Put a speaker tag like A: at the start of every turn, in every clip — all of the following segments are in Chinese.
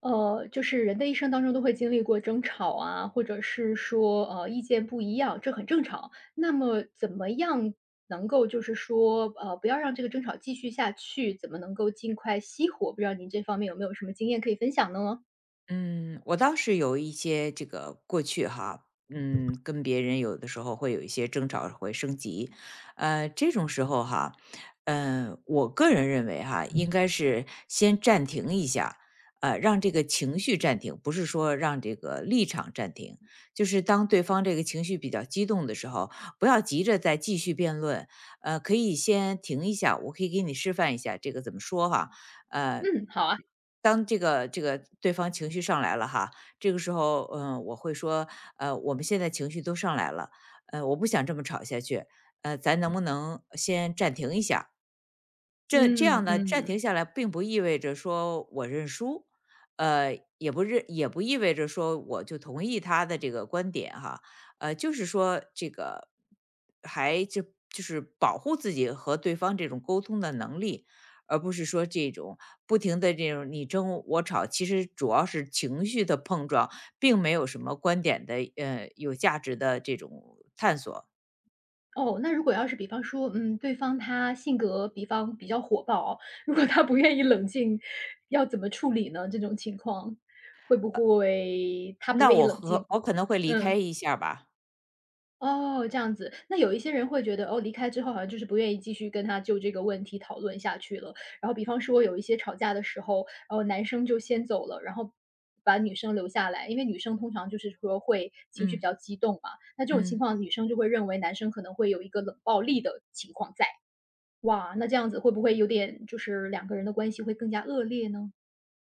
A: 就是人的一生当中都会经历过争吵啊，或者是说，意见不一样，这很正常。那么怎么样能够就是说，不要让这个争吵继续下去，怎么能够尽快熄火？不知道您这方面有没有什么经验可以分享呢？
B: 嗯，我倒是有一些这个过去哈，跟别人有的时候会有一些争吵，会升级，这种时候哈，我个人认为哈，应该是先暂停一下，让这个情绪暂停，不是说让这个立场暂停，就是当对方这个情绪比较激动的时候，不要急着再继续辩论，可以先停一下，我可以给你示范一下这个怎么说哈，呃，
A: 嗯，好啊。
B: 当这个对方情绪上来了哈，这个时候，我会说，我们现在情绪都上来了，我不想这么吵下去，咱能不能先暂停一下？这这
A: 嗯
B: 样呢，暂
A: 嗯。
B: 停下来并不意味着说我认输，也不意味着说我就同意他的这个观点哈，就是说这个还就就是保护自己和对方这种沟通的能力，而不是说这种不停的这种你争我吵，其实主要是情绪的碰撞，并没有什么观点的有价值的这种探索。
A: 哦，那如果要是比方说，对方他性格比较火爆哦如果他不愿意冷静，要怎么处理呢？这种情况，会不会他不
B: 那
A: 愿意
B: 我
A: 冷静？
B: 和我可能会离开
A: 嗯。
B: 一下吧，
A: 哦，这样子。那有一些人会觉得，哦，离开之后好像就是不愿意继续跟他就这个问题讨论下去了。然后比方说有一些吵架的时候，然后男生就先走了，然后把女生留下来，因为女生通常就是说会情绪比
B: 嗯
A: 较激动嘛。那这种情
B: 嗯。
A: 况，女生就会认为男生可能会有一个冷暴力的情况在。哇，那这样子会不会有点就是两个人的关系会更加恶劣呢？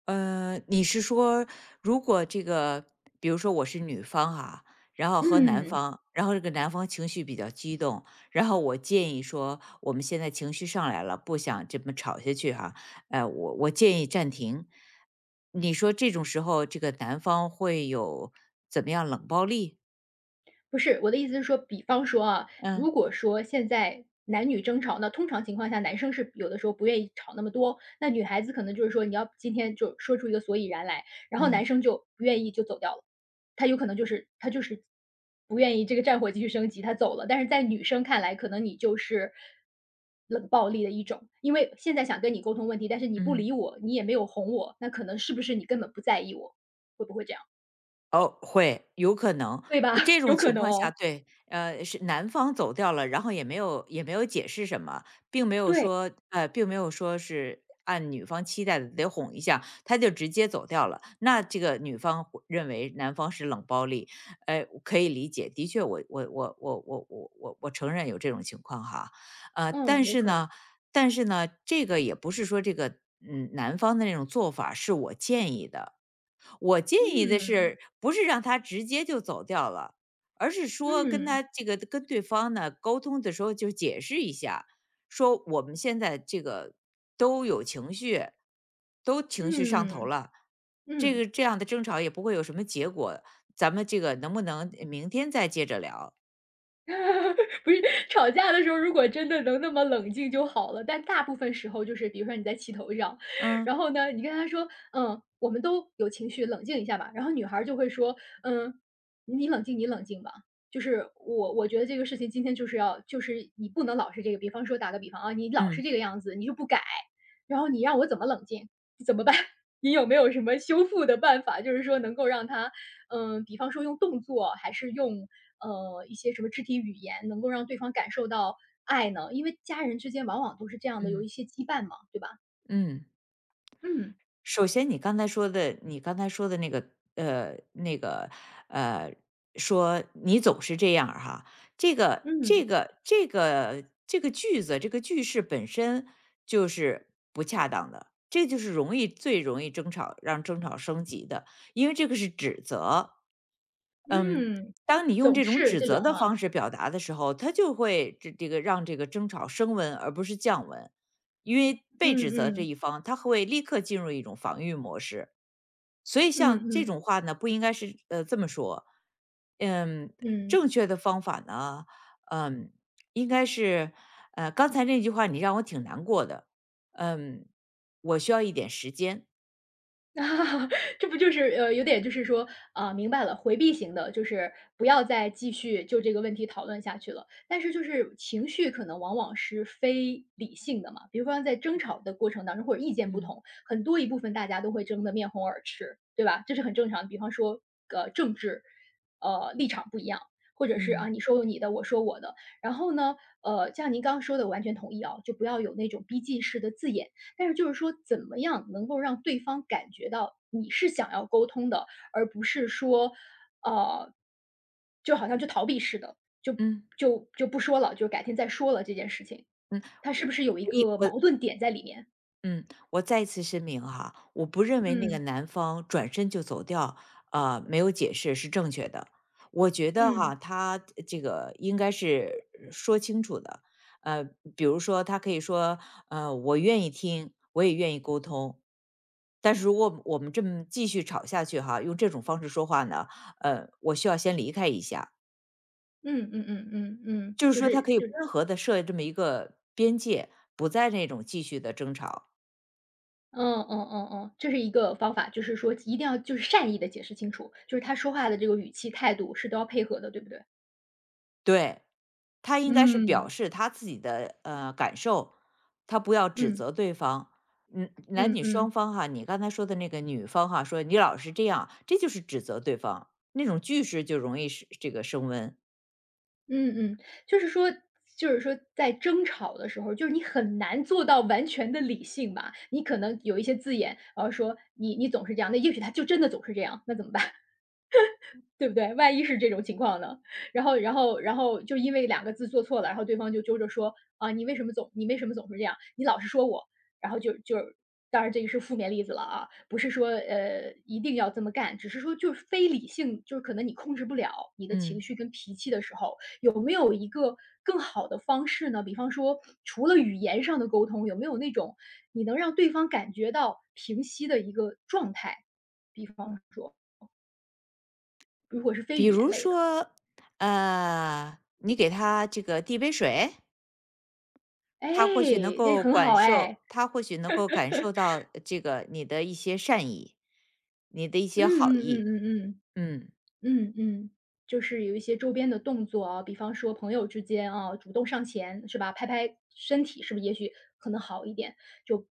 B: 你是说如果这个，比如说我是女方哈，然后和男
A: 嗯，
B: 方，然后这个男方情绪比较激动，然后我建议说，我们现在情绪上来了，不想这么吵下去哈，我建议暂停。你说这种时候，这个男方会有怎么样冷暴力？
A: 不是，我的意思是说，比方说啊，
B: 嗯
A: 如果说现在男女争吵，那通常情况下，男生是有的时候不愿意吵那么多，那女孩子可能就是说，你要今天就说出一个所以然来，然后男
B: 嗯
A: 生就不愿意就走掉了，他有可能就是他就是不愿意这个战火继续升级，他走了。但是在女生看来，可能你就是冷暴力的一种，因为现在想跟你沟通问题，但是你不
B: 嗯。
A: 理我，你也没有哄我，那可能是不是你根本不在意我，会不会这样，
B: 哦，会，有可能。
A: 对吧？
B: 这
A: 有
B: 种
A: 可
B: 情
A: 能
B: 况下，
A: 哦，
B: 对，是男方走掉了，然后也没有解释什么，并没有
A: 对，
B: 说呃，并没有说是按女方期待的得哄一下，他就直接走掉了。那这个女方会认为男方是冷暴力，哎，可以理解。的确我承认有这种情况哈，
A: 嗯，
B: 但
A: 有
B: 是
A: 可能。
B: 呢，这个也不是说这个男方的那种做法是我建议的，我建议的
A: 嗯，
B: 是，不是让他直接就走掉了，而是说跟
A: 嗯，
B: 他这个跟对方呢沟通的时候就解释一下，说我们现在这个都有情绪，都情绪上头
A: 嗯，
B: 了，这
A: 嗯，
B: 个这样的争吵也不会有什么结果，咱们这个能不能明天再接着聊？
A: 不是，吵架的时候如果真的能那么冷静就好了，但大部分时候就是比如说你在气头上，
B: 嗯
A: 然后呢，你跟他说：“嗯，我们都有情绪，冷静一下吧。”然后女孩儿就会说：“嗯，你冷静，你冷静吧。”就是我觉得这个事情今天就是要就是你不能老是这个，比方说打个比方啊，你老是
B: 嗯
A: 这个样子，你就不改，然后你让我怎么冷静？怎么办？你有没有什么修复的办法？就是说能够让他，比方说用动作，还是用一些什么肢体语言能够让对方感受到爱呢？因为家人之间往往都是这样的，有
B: 嗯
A: 一些羁绊嘛，对吧？
B: 嗯。
A: 嗯，
B: 首先你刚才说的那个呃，那个，呃，说"你总是这样儿哈，这个
A: 嗯，
B: 这个这个这个句子，这个句式本身就是不恰当的，这就是最容易争吵让争吵升级的，因为这个是指责。嗯，
A: 嗯，
B: 当你用
A: 总
B: 这种
A: 是
B: 指
A: 这
B: 责
A: 种
B: 的方
A: 哈，
B: 式表达的时候，它就会让这个争吵升温，而不是降温。因为被指责
A: 嗯
B: 这
A: 嗯，
B: 一方，他会立刻进入一种防御模式。所以
A: 嗯
B: 像
A: 嗯，
B: 这
A: 嗯。
B: 种话呢，不应该是这么说。嗯，
A: 嗯
B: 正确的方法呢，嗯，应该是刚才那句话你让我挺难过的。嗯，我需要一点时间。
A: 这不就是有点就是说，啊，明白了，回避型的，就是不要再继续就这个问题讨论下去了。但是就是情绪可能往往是非理性的嘛，比如说在争吵的过程当中，或者意见不
B: 嗯
A: 同，很多一部分大家都会争得面红耳赤，对吧？这是很正常的。比方说，政治，立场不一样，或者是啊，
B: 嗯
A: 你说你的，我说我的。然后呢，像您刚刚说的，完全同意啊，就不要有那种逼近式的字眼。但是就是说，怎么样能够让对方感觉到你是想要沟通的，而不是说，呃，就好像就逃避似的，就
B: 嗯，
A: 就就不说了，就改天再说了这件事情，它是
B: 我
A: 不是有一
B: 我一
A: 个
B: 我
A: 矛盾点在里面？
B: 嗯，我再一次声明哈，我不认为那个
A: 嗯
B: 男方转身就走掉，没有解释是正确的。我觉得
A: 嗯
B: 哈，他应该是说清楚的。呃，比如说他可以说，我愿意听，我也愿意沟通。但是如果我们这么继续吵下去哈，用这种方式说话呢，我需要先离开一下。
A: 嗯嗯嗯嗯嗯，
B: 就是
A: 就
B: 说，他
A: 是
B: 可以
A: 就是
B: 温和的设这么一个边界，不在那种继续的争吵。
A: 嗯嗯嗯嗯，这是一个方法，就是说一定要就是善意的解释清楚，就是他说话的这个语气态度是都要配合的，对不对？
B: 对，他应该是表
A: 嗯
B: 示他自己的感受，他不要指
A: 嗯
B: 责对方。男
A: 嗯
B: 女双
A: 嗯。
B: 方哈，你刚才说的那个女方哈，说你老是这样，这就是指责对方，那种句式就容易是这个升温。
A: 嗯嗯，就是说就是说在争吵的时候，就是你很难做到完全的理性吧，你可能有一些字眼，然后说你总是这样，那也许他就真的总是这样，那怎么办？对不对？万一是这种情况呢？然后就因为两个字做错了，然后对方就揪着说：“啊，你为什么总是这样？你老是说我。”然后就当然这个是负面例子了啊，不是说，一定要这么干，只是说就是非理性，就是可能你控制不了你的情
B: 嗯
A: 绪跟脾气的时候，有没有一个更好的方式呢？比方说除了语言上的沟通，有没有那种你能让对方感觉到平息的一个状态？比方说，如果是非
B: 比
A: 语言
B: 如
A: 类的。
B: 说，你给他这个递杯水，
A: 哎，
B: 他或许能
A: 这
B: 够
A: 很
B: 感
A: 好哎，
B: 受，他或许能够感受到这个你的一些善意，你的一
A: 嗯
B: 些好
A: 嗯嗯
B: 意。
A: 嗯嗯。
B: 嗯，
A: 嗯嗯，就是有一些周边的动作啊，比方说朋友之间啊，主动上前是吧，拍拍身体，是不是也许可能好一点？就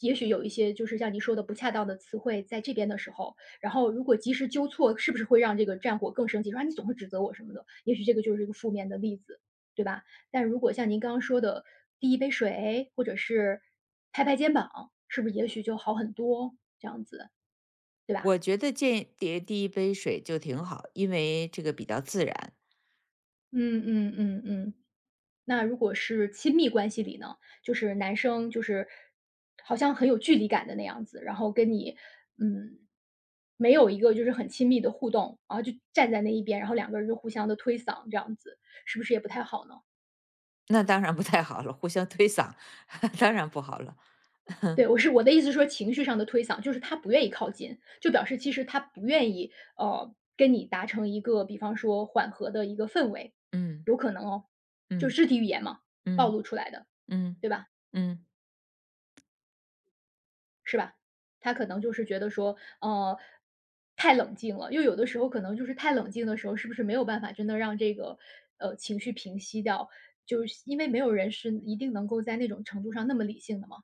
A: 也许有一些就是像您说的不恰当的词汇在这边的时候，然后如果及时纠错，是不是会让这个战火更升级？说啊你总是指责我什么的，也许这个就是一个负面的例子，对吧？但如果像您刚刚说的，递一杯水或者是拍拍肩膀，是不是也许就好很多？这样子，对吧？
B: 我觉得见叠第一杯水就挺好，因为这个比较自然。
A: 嗯嗯嗯嗯。那如果是亲密关系里呢，就是男生就是好像很有距离感的那样子，然后跟你，嗯，没有一个就是很亲密的互动，然后就站在那一边，然后两个人就互相的推搡这样子，是不是也不太好呢？
B: 那当然不太好了，互相推搡，当然不好了。
A: 对，我的意思是说情绪上的推搡，就是他不愿意靠近，就表示其实他不愿意，跟你达成一个比方说缓和的一个氛围，
B: 嗯
A: 有可能哦，就是
B: 嗯
A: 肢体语言嘛，暴
B: 嗯
A: 露出来的，
B: 嗯
A: 对吧？
B: 嗯。
A: 是吧？他可能就是觉得说，呃，太冷静了，又有的时候可能就是太冷静的时候，是不是没有办法真的让这个，情绪平息掉？就是因为没有人是一定能够在那种程度上那么理性的嘛。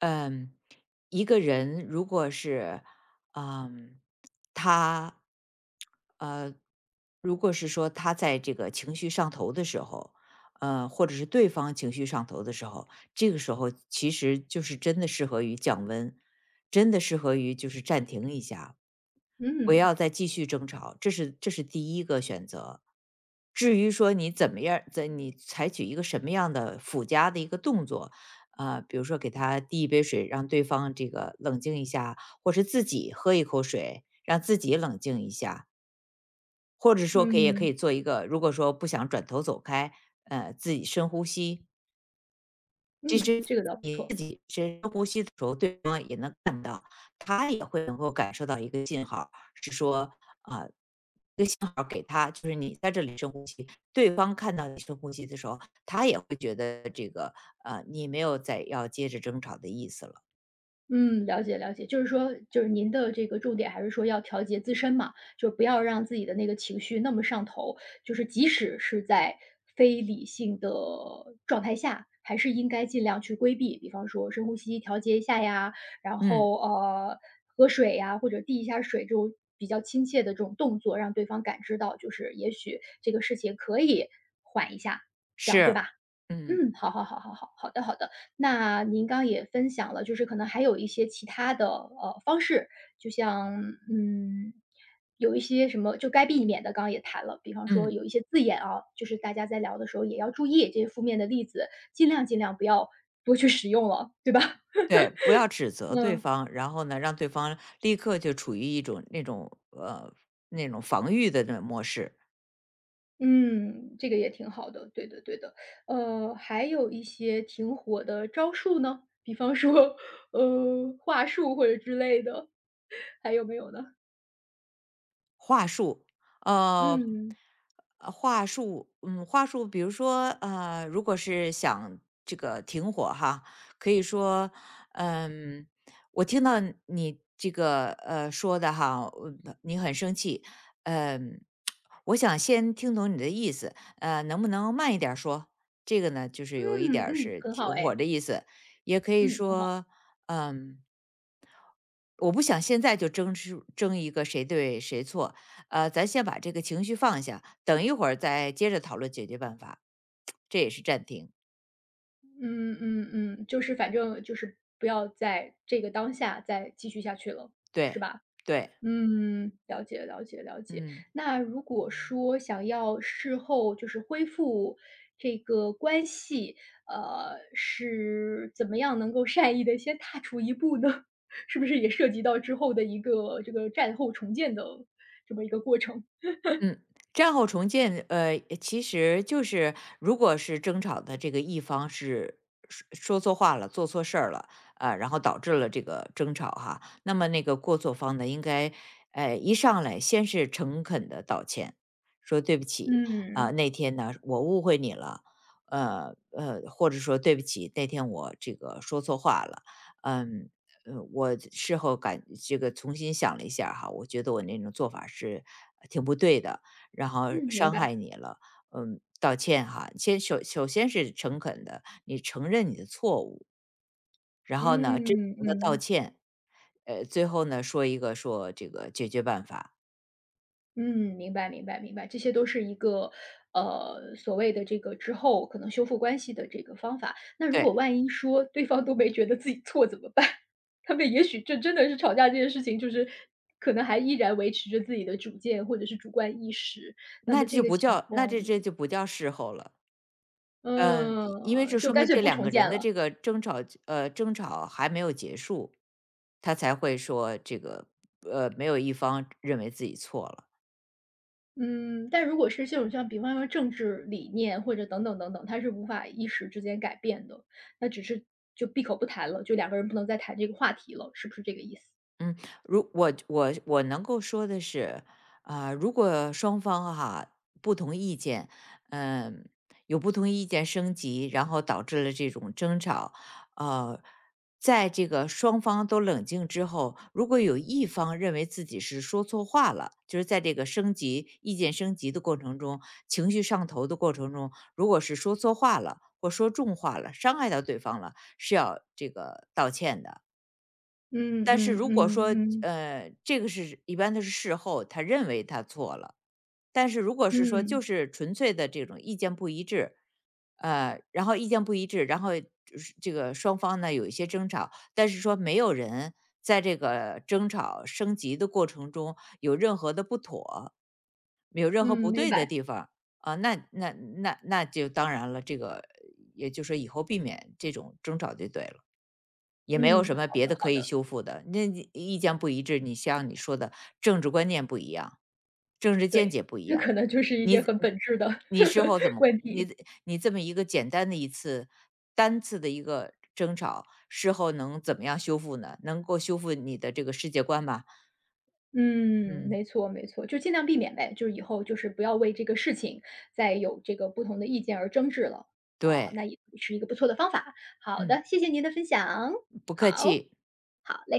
B: 嗯，一个人如果是，嗯，他，呃，如果是说他在这个情绪上头的时候，或者是对方情绪上头的时候，这个时候其实就是真的适合于降温，真的适合于就是暂停一下，不
A: 嗯，
B: 要再继续争吵，这是第一个选择。至于说你怎么样儿在你采取一个什么样的附加的一个动作，啊，比如说给他递一杯水，让对方这个冷静一下，或是自己喝一口水，让自己冷静一下，或者说可
A: 嗯，
B: 以做一个，如果说不想转头走开，自己深呼吸。其
A: 嗯，
B: 实
A: 这个倒不
B: 你
A: 错。
B: 自己深呼吸的时候，对方也能会能够感受到一个信号，是说好给他就是你在这里深呼吸，对方看到你深呼吸的时候，他也会觉得这个，你没有再要接着争吵的意思了。
A: 嗯，了解了解，就是说，就是您的这个重点还是说要调节自身嘛，就不要让自己的那个情绪那么上头，就是即使是在非理性的状态下，还是应该尽量去规避，比方说深呼吸调节一下呀，然
B: 嗯，
A: 后喝水呀，或者递一下水这种比较亲切的这种动作，让对方感知到，就是也许这个事情可以缓一下，这样对
B: 是，
A: 吧？
B: 嗯
A: 嗯，好好好好好，好的好的。那您刚也分享了，就是可能还有一些其他的方式，就像嗯，有一些什么就该避免的，刚刚也谈了，比方说
B: 嗯，
A: 有一些字眼啊，就是大家在聊的时候也要注意这些负面的例子，尽量尽量不要多去使用了，对吧？
B: 对，不要指 责对
A: 嗯
B: 方，然后呢，让对方立刻就处于一种那种那种防御的那种模式。
A: 嗯，这个也挺好的，对的对的。还有一些挺火的招数呢，比方说话术或者之类的，还有没有呢？
B: 话术，呃，
A: 嗯，
B: 话术，比如说，如果是想这个停火哈，可以说，嗯，我听到你这个说的哈，你很生气，嗯、我想先听懂你的意思，能不能慢一点儿说？这个呢，就是有一
A: 嗯
B: 点儿
A: 嗯，
B: 是
A: 很好
B: 停火
A: 哎，
B: 的意思，也可以
A: 嗯，很好，
B: 说，嗯、我不想现在就争一个谁对谁错，咱先把这个情绪放下，等一会儿再接着讨论解决办法。这也是暂停，
A: 嗯嗯嗯，就是反正就是不要在这个当下再继续下去了，是
B: 对，
A: 吧？
B: 对，
A: 嗯，了解了解了解。
B: 嗯。
A: 那如果说想要事后就是恢复这个关系，是怎么样能够善意的先踏出一步呢？是不是也涉及到之后的一个这个战后重建的这么一个过程？
B: 嗯，战后重建，其实就是如果是争吵的这个一方是说说错话了、做错事儿了，然后导致了这个争吵哈，那么那个过错方呢，应该一上来先是诚恳的道歉，说对不起啊、
A: 嗯，
B: 那天呢我误会你了，或者说对不起，那天我说错话了，嗯、我事后感这个重新想了一下儿哈，我觉得我那种做法是挺不对的，然后
A: 嗯，明
B: 伤
A: 白，
B: 害你了，道歉哈。首先是诚恳的，你承认你的错误，然后呢，真
A: 嗯
B: 诚的道
A: 嗯。
B: 歉，最后呢，说一个说这个解决办法。
A: 嗯，明白明白明白，这些都是一个，所谓的这个之后可能修复关系的这个方法。那如果
B: 对，
A: 万一说对方都没觉得自己错怎么办？他们也许这真的是吵架这件事情，就是可能还依然维持着自己的主见或者是主观意识，那么
B: 那这
A: 这
B: 就
A: 个
B: 不
A: 情
B: 叫
A: 况呢，
B: 事后了，嗯，因为
A: 嗯，
B: 这
A: 就
B: 说
A: 干
B: 明
A: 脆
B: 这
A: 不
B: 两
A: 重
B: 个人
A: 建
B: 的
A: 了。
B: 这个争吵还没有结束，他才会说这个，没有一方认为自己错了。
A: 嗯，但如果是这种像比方说政治理念或者等等等等，它是无法一时之间改变的，那只是就闭口不谈了，就两个人不能再谈这个话题了，是不是这个意思？
B: 嗯，如我我我能够说的是，啊、如果双方哈、不同意见，嗯、有不同意见升级，然后导致了这种争吵，呃，在这个双方都冷静之后，如果有一方认为自己是说错话了，就是在这个升级意见升级的过程中，情绪上头的过程中，如果是说错话了或说重话了，伤害到对方了，是要这个道歉的。
A: 嗯
B: 但是
A: 嗯
B: 如果
A: 嗯
B: 说，
A: 嗯
B: 这个是一般的是事后，他认为他错了。但是如果是说就
A: 嗯
B: 是纯粹的这种意见不一致，然后意见不一致，然后就是这个双方呢有一些争吵，但是说没有人在这个争吵升级的过程中有任何的不妥，没有任何
A: 嗯，
B: 不
A: 明
B: 对的
A: 白。
B: 地方啊，那就当然了，这个也就说以后避免这种争吵就对了。也没有
A: 嗯，
B: 什么
A: 好
B: 别
A: 的
B: 的
A: 好
B: 可以
A: 的，
B: 修复的。那你意见不一致，你像你说的政治观念不一样，政治见
A: 对，
B: 解不 一
A: 这可
B: 样，
A: 能就是一些
B: 你
A: 很本质的
B: 你事后怎 么
A: 问
B: 你
A: 题。
B: 你这么一个简单的单次的一个争吵，事后能怎么样修复呢？能够修复你的这个世界观吗？
A: 嗯，
B: 嗯，
A: 没错没错，就尽量避免呗，就是以后就是不要为这个事情再有这个不同的意见而争执了，啊，
B: 对，
A: 那也是一个不错的方法。好
B: 嗯，
A: 的，谢谢您的分享，
B: 不客
A: 好，
B: 气。
A: 好嘞。